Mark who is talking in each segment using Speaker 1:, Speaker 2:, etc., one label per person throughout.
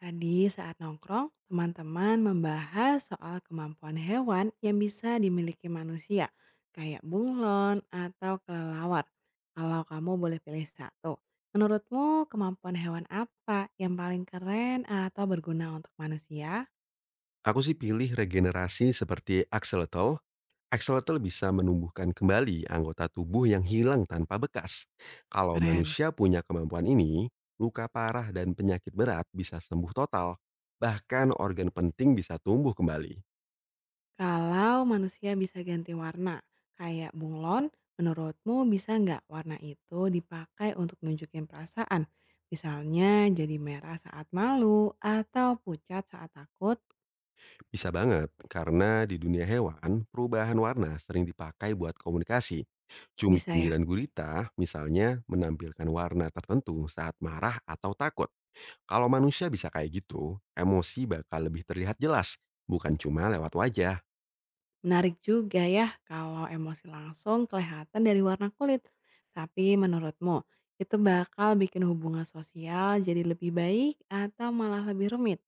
Speaker 1: Tadi saat nongkrong, teman-teman membahas soal kemampuan hewan yang bisa dimiliki manusia, kayak bunglon atau kelelawar. Kalau kamu boleh pilih satu, menurutmu kemampuan hewan apa yang paling keren atau berguna untuk manusia?
Speaker 2: Aku sih pilih regenerasi seperti axolotl. Axolotl bisa menumbuhkan kembali anggota tubuh yang hilang tanpa bekas. Kalau
Speaker 1: Keren.
Speaker 2: manusia punya kemampuan ini, luka parah dan penyakit berat bisa sembuh total. Bahkan organ penting bisa tumbuh kembali.
Speaker 1: Kalau manusia bisa ganti warna, kayak bunglon, menurutmu bisa nggak warna itu dipakai untuk nunjukin perasaan? Misalnya jadi merah saat malu atau pucat saat takut,
Speaker 2: Bisa banget, karena di dunia hewan, perubahan warna sering dipakai buat komunikasi.
Speaker 1: bisa ya?
Speaker 2: Cumi-cumi dan gurita, misalnya, menampilkan warna tertentu saat marah atau takut. Kalau manusia bisa kayak gitu, emosi bakal lebih terlihat jelas, bukan cuma lewat wajah.
Speaker 1: Menarik juga ya kalau emosi langsung kelihatan dari warna kulit. Tapi menurutmu, itu bakal bikin hubungan sosial jadi lebih baik atau malah lebih rumit?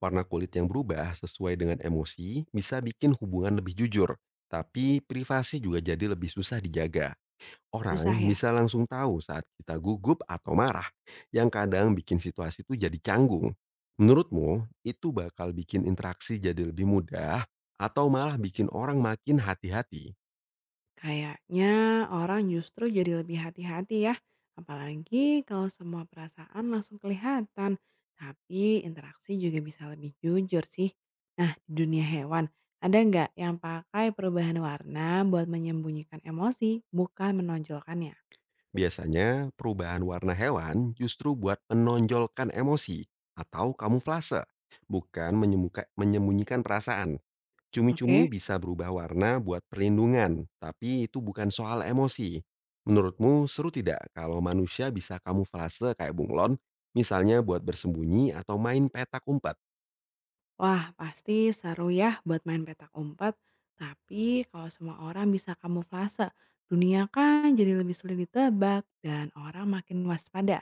Speaker 2: Warna kulit yang berubah sesuai dengan emosi bisa bikin hubungan lebih jujur, tapi privasi juga jadi lebih susah dijaga. Orang
Speaker 1: Susah ya?
Speaker 2: bisa langsung tahu saat kita gugup atau marah, yang kadang bikin situasi itu jadi canggung. Menurutmu, itu bakal bikin interaksi jadi lebih mudah atau malah bikin orang makin hati-hati?
Speaker 1: Kayaknya orang justru jadi lebih hati-hati ya, apalagi kalau semua perasaan langsung kelihatan. Tapi interaksi juga bisa lebih jujur sih. Nah, di dunia hewan, ada nggak yang pakai perubahan warna buat menyembunyikan emosi, bukan menonjolkannya?
Speaker 2: Biasanya, perubahan warna hewan justru buat menonjolkan emosi atau kamuflase, bukan menyembunyikan perasaan. Cumi-cumi
Speaker 1: Oke?
Speaker 2: bisa berubah warna buat perlindungan, tapi itu bukan soal emosi. Menurutmu seru tidak kalau manusia bisa kamuflase kayak bunglon, misalnya buat bersembunyi atau main petak umpet?
Speaker 1: Wah, pasti seru ya buat main petak umpet. Tapi kalau semua orang bisa kamuflase, dunia kan jadi lebih sulit ditebak dan orang makin waspada.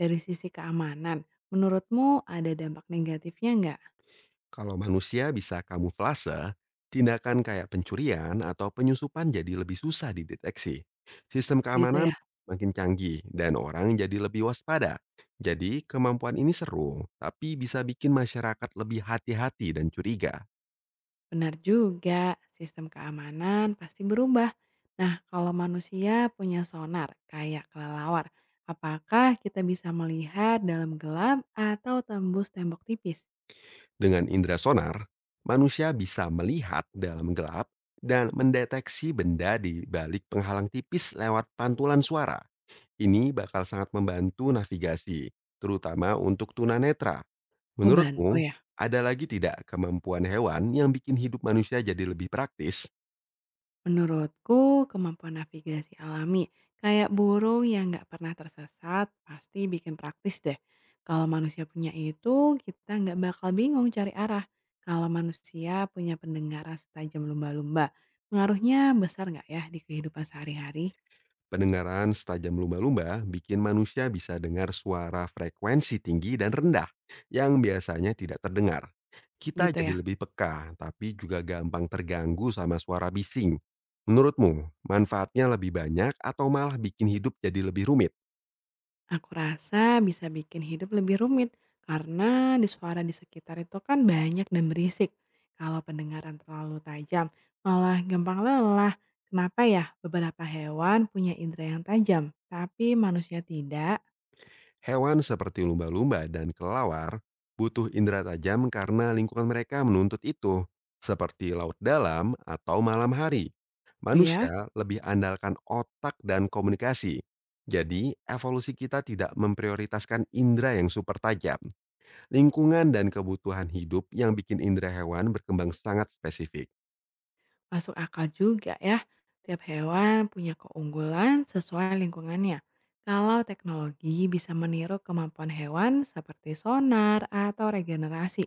Speaker 1: Dari sisi keamanan, menurutmu ada dampak negatifnya nggak?
Speaker 2: Kalau manusia bisa kamuflase, tindakan kayak pencurian atau penyusupan jadi lebih susah dideteksi. Sistem
Speaker 1: Gitu ya,
Speaker 2: keamanan makin canggih dan orang jadi lebih waspada. Jadi kemampuan ini seru, tapi bisa bikin masyarakat lebih hati-hati dan curiga.
Speaker 1: benar juga. Sistem keamanan pasti berubah. Nah, kalau manusia punya sonar kayak kelelawar, apakah kita bisa melihat dalam gelap atau tembus tembok tipis?
Speaker 2: Dengan indera sonar, manusia bisa melihat dalam gelap dan mendeteksi benda di balik penghalang tipis lewat pantulan suara. Ini bakal sangat membantu navigasi, terutama untuk tunanetra.
Speaker 1: Oh, bantu
Speaker 2: Menurutmu,
Speaker 1: ya.
Speaker 2: ada lagi tidak kemampuan hewan yang bikin hidup manusia jadi lebih praktis?
Speaker 1: Menurutku, kemampuan navigasi alami kayak burung yang nggak pernah tersesat pasti bikin praktis deh. Kalau manusia punya itu, kita nggak bakal bingung cari arah. Kalau manusia punya pendengaran setajam lumba-lumba, pengaruhnya besar nggak ya di kehidupan sehari-hari?
Speaker 2: Pendengaran setajam lumba-lumba bikin manusia bisa dengar suara frekuensi tinggi dan rendah yang biasanya tidak terdengar. Kita
Speaker 1: Gitu
Speaker 2: jadi
Speaker 1: ya.
Speaker 2: lebih peka, tapi juga gampang terganggu sama suara bising. Menurutmu, manfaatnya lebih banyak atau malah bikin hidup jadi lebih rumit?
Speaker 1: Aku rasa bisa bikin hidup lebih rumit karena di suara di sekitar itu kan banyak dan berisik. Kalau pendengaran terlalu tajam, malah gampang lelah. Kenapa ya beberapa hewan punya indera yang tajam, tapi manusia tidak?
Speaker 2: Hewan seperti lumba-lumba dan kelelawar butuh indera tajam karena lingkungan mereka menuntut itu, seperti laut dalam atau malam hari.
Speaker 1: Oh ya?
Speaker 2: Manusia lebih andalkan otak dan komunikasi. Jadi, evolusi kita tidak memprioritaskan indera yang super tajam. Lingkungan dan kebutuhan hidup yang bikin indera hewan berkembang sangat spesifik.
Speaker 1: Masuk akal juga ya, tiap hewan punya keunggulan sesuai lingkungannya. Kalau teknologi bisa meniru kemampuan hewan seperti sonar atau regenerasi,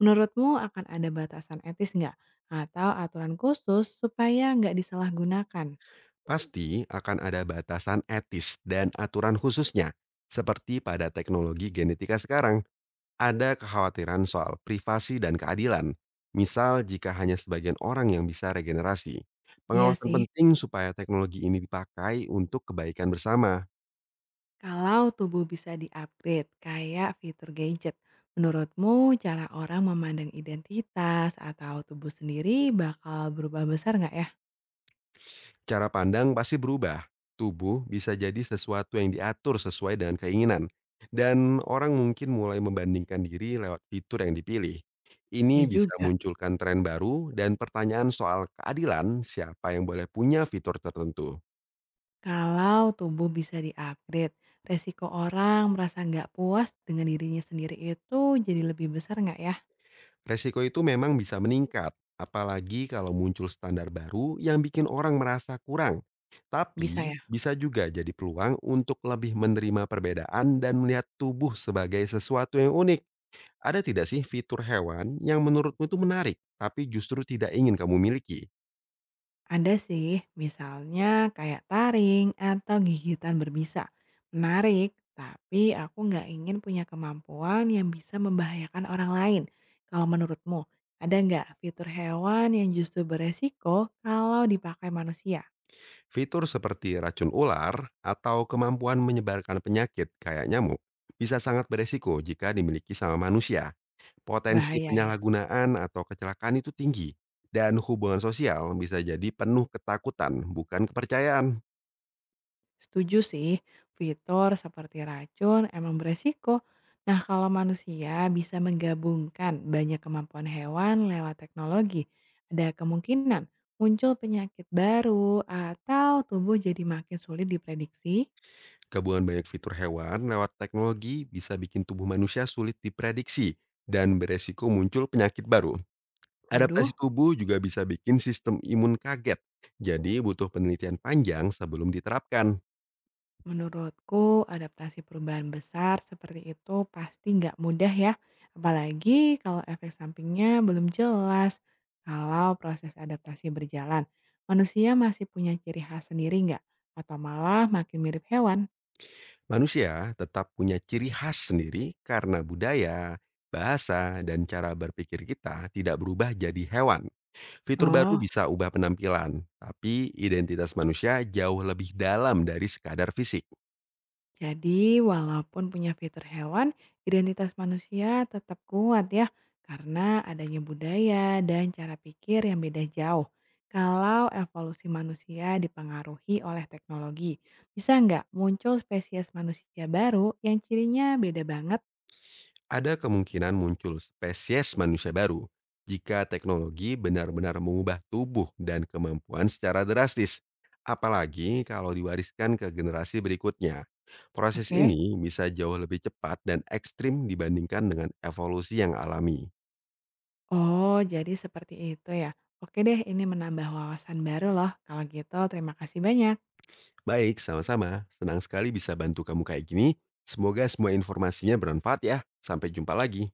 Speaker 1: menurutmu akan ada batasan etis nggak? Atau aturan khusus supaya nggak disalahgunakan?
Speaker 2: Pasti akan ada batasan etis dan aturan khususnya, seperti pada teknologi genetika sekarang. Ada kekhawatiran soal privasi dan keadilan, misal jika hanya sebagian orang yang bisa regenerasi.
Speaker 1: Iya
Speaker 2: Pengawasan
Speaker 1: sih,
Speaker 2: penting supaya teknologi ini dipakai untuk kebaikan bersama.
Speaker 1: kalau tubuh bisa di-upgrade kayak fitur gadget, menurutmu cara orang memandang identitas atau tubuh sendiri bakal berubah besar nggak ya?
Speaker 2: Cara pandang pasti berubah. Tubuh bisa jadi sesuatu yang diatur sesuai dengan keinginan. Dan orang mungkin mulai membandingkan diri lewat fitur yang dipilih.
Speaker 1: Ya
Speaker 2: Ini bisa
Speaker 1: juga.
Speaker 2: munculkan tren baru dan pertanyaan soal keadilan siapa yang boleh punya fitur tertentu.
Speaker 1: Kalau tubuh bisa di resiko orang merasa nggak puas dengan dirinya sendiri itu jadi lebih besar nggak ya?
Speaker 2: Resiko itu memang bisa meningkat, apalagi kalau muncul standar baru yang bikin orang merasa kurang.
Speaker 1: Bisa ya?
Speaker 2: Tapi bisa juga jadi peluang untuk lebih menerima perbedaan dan melihat tubuh sebagai sesuatu yang unik. Ada tidak sih fitur hewan yang menurutmu itu menarik, tapi justru tidak ingin kamu miliki?
Speaker 1: Ada sih, misalnya kayak taring atau gigitan berbisa. Menarik, tapi aku nggak ingin punya kemampuan yang bisa membahayakan orang lain. Kalau menurutmu, ada nggak fitur hewan yang justru beresiko kalau dipakai manusia?
Speaker 2: Fitur seperti racun ular atau kemampuan menyebarkan penyakit kayak nyamuk bisa sangat beresiko jika dimiliki sama manusia. Potensi
Speaker 1: Bahaya ya.
Speaker 2: penyalahgunaan atau kecelakaan itu tinggi, dan hubungan sosial bisa jadi penuh ketakutan, bukan kepercayaan.
Speaker 1: Setuju sih, fitur seperti racun emang beresiko. Nah, kalau manusia bisa menggabungkan banyak kemampuan hewan lewat teknologi, ada kemungkinan muncul penyakit baru atau tubuh jadi makin sulit diprediksi.
Speaker 2: Gabungan banyak fitur hewan lewat teknologi bisa bikin tubuh manusia sulit diprediksi dan beresiko muncul penyakit baru.
Speaker 1: Waduh.
Speaker 2: Adaptasi tubuh juga bisa bikin sistem imun kaget, jadi butuh penelitian panjang sebelum diterapkan.
Speaker 1: Menurutku, adaptasi perubahan besar seperti itu pasti nggak mudah ya, apalagi kalau efek sampingnya belum jelas. Kalau proses adaptasi berjalan, manusia masih punya ciri khas sendiri nggak? Atau malah makin mirip hewan?
Speaker 2: Manusia tetap punya ciri khas sendiri karena budaya, bahasa, dan cara berpikir kita tidak berubah jadi hewan. Fitur baru
Speaker 1: Oh,
Speaker 2: bisa ubah penampilan, tapi identitas manusia jauh lebih dalam dari sekadar fisik.
Speaker 1: jadi, walaupun punya fitur hewan, identitas manusia tetap kuat ya, karena adanya budaya dan cara pikir yang beda jauh. Kalau evolusi manusia dipengaruhi oleh teknologi, bisa nggak muncul spesies manusia baru yang cirinya beda banget?
Speaker 2: Ada kemungkinan muncul spesies manusia baru jika teknologi benar-benar mengubah tubuh dan kemampuan secara drastis, apalagi kalau diwariskan ke generasi berikutnya. Proses
Speaker 1: Oke.
Speaker 2: ini bisa jauh lebih cepat dan ekstrim dibandingkan dengan evolusi yang alami.
Speaker 1: Oh, jadi seperti itu ya. Oke deh, ini menambah wawasan baru loh. Kalau gitu, terima kasih banyak.
Speaker 2: Baik, sama-sama. Senang sekali bisa bantu kamu kayak gini. Semoga semua informasinya bermanfaat ya. Sampai jumpa lagi.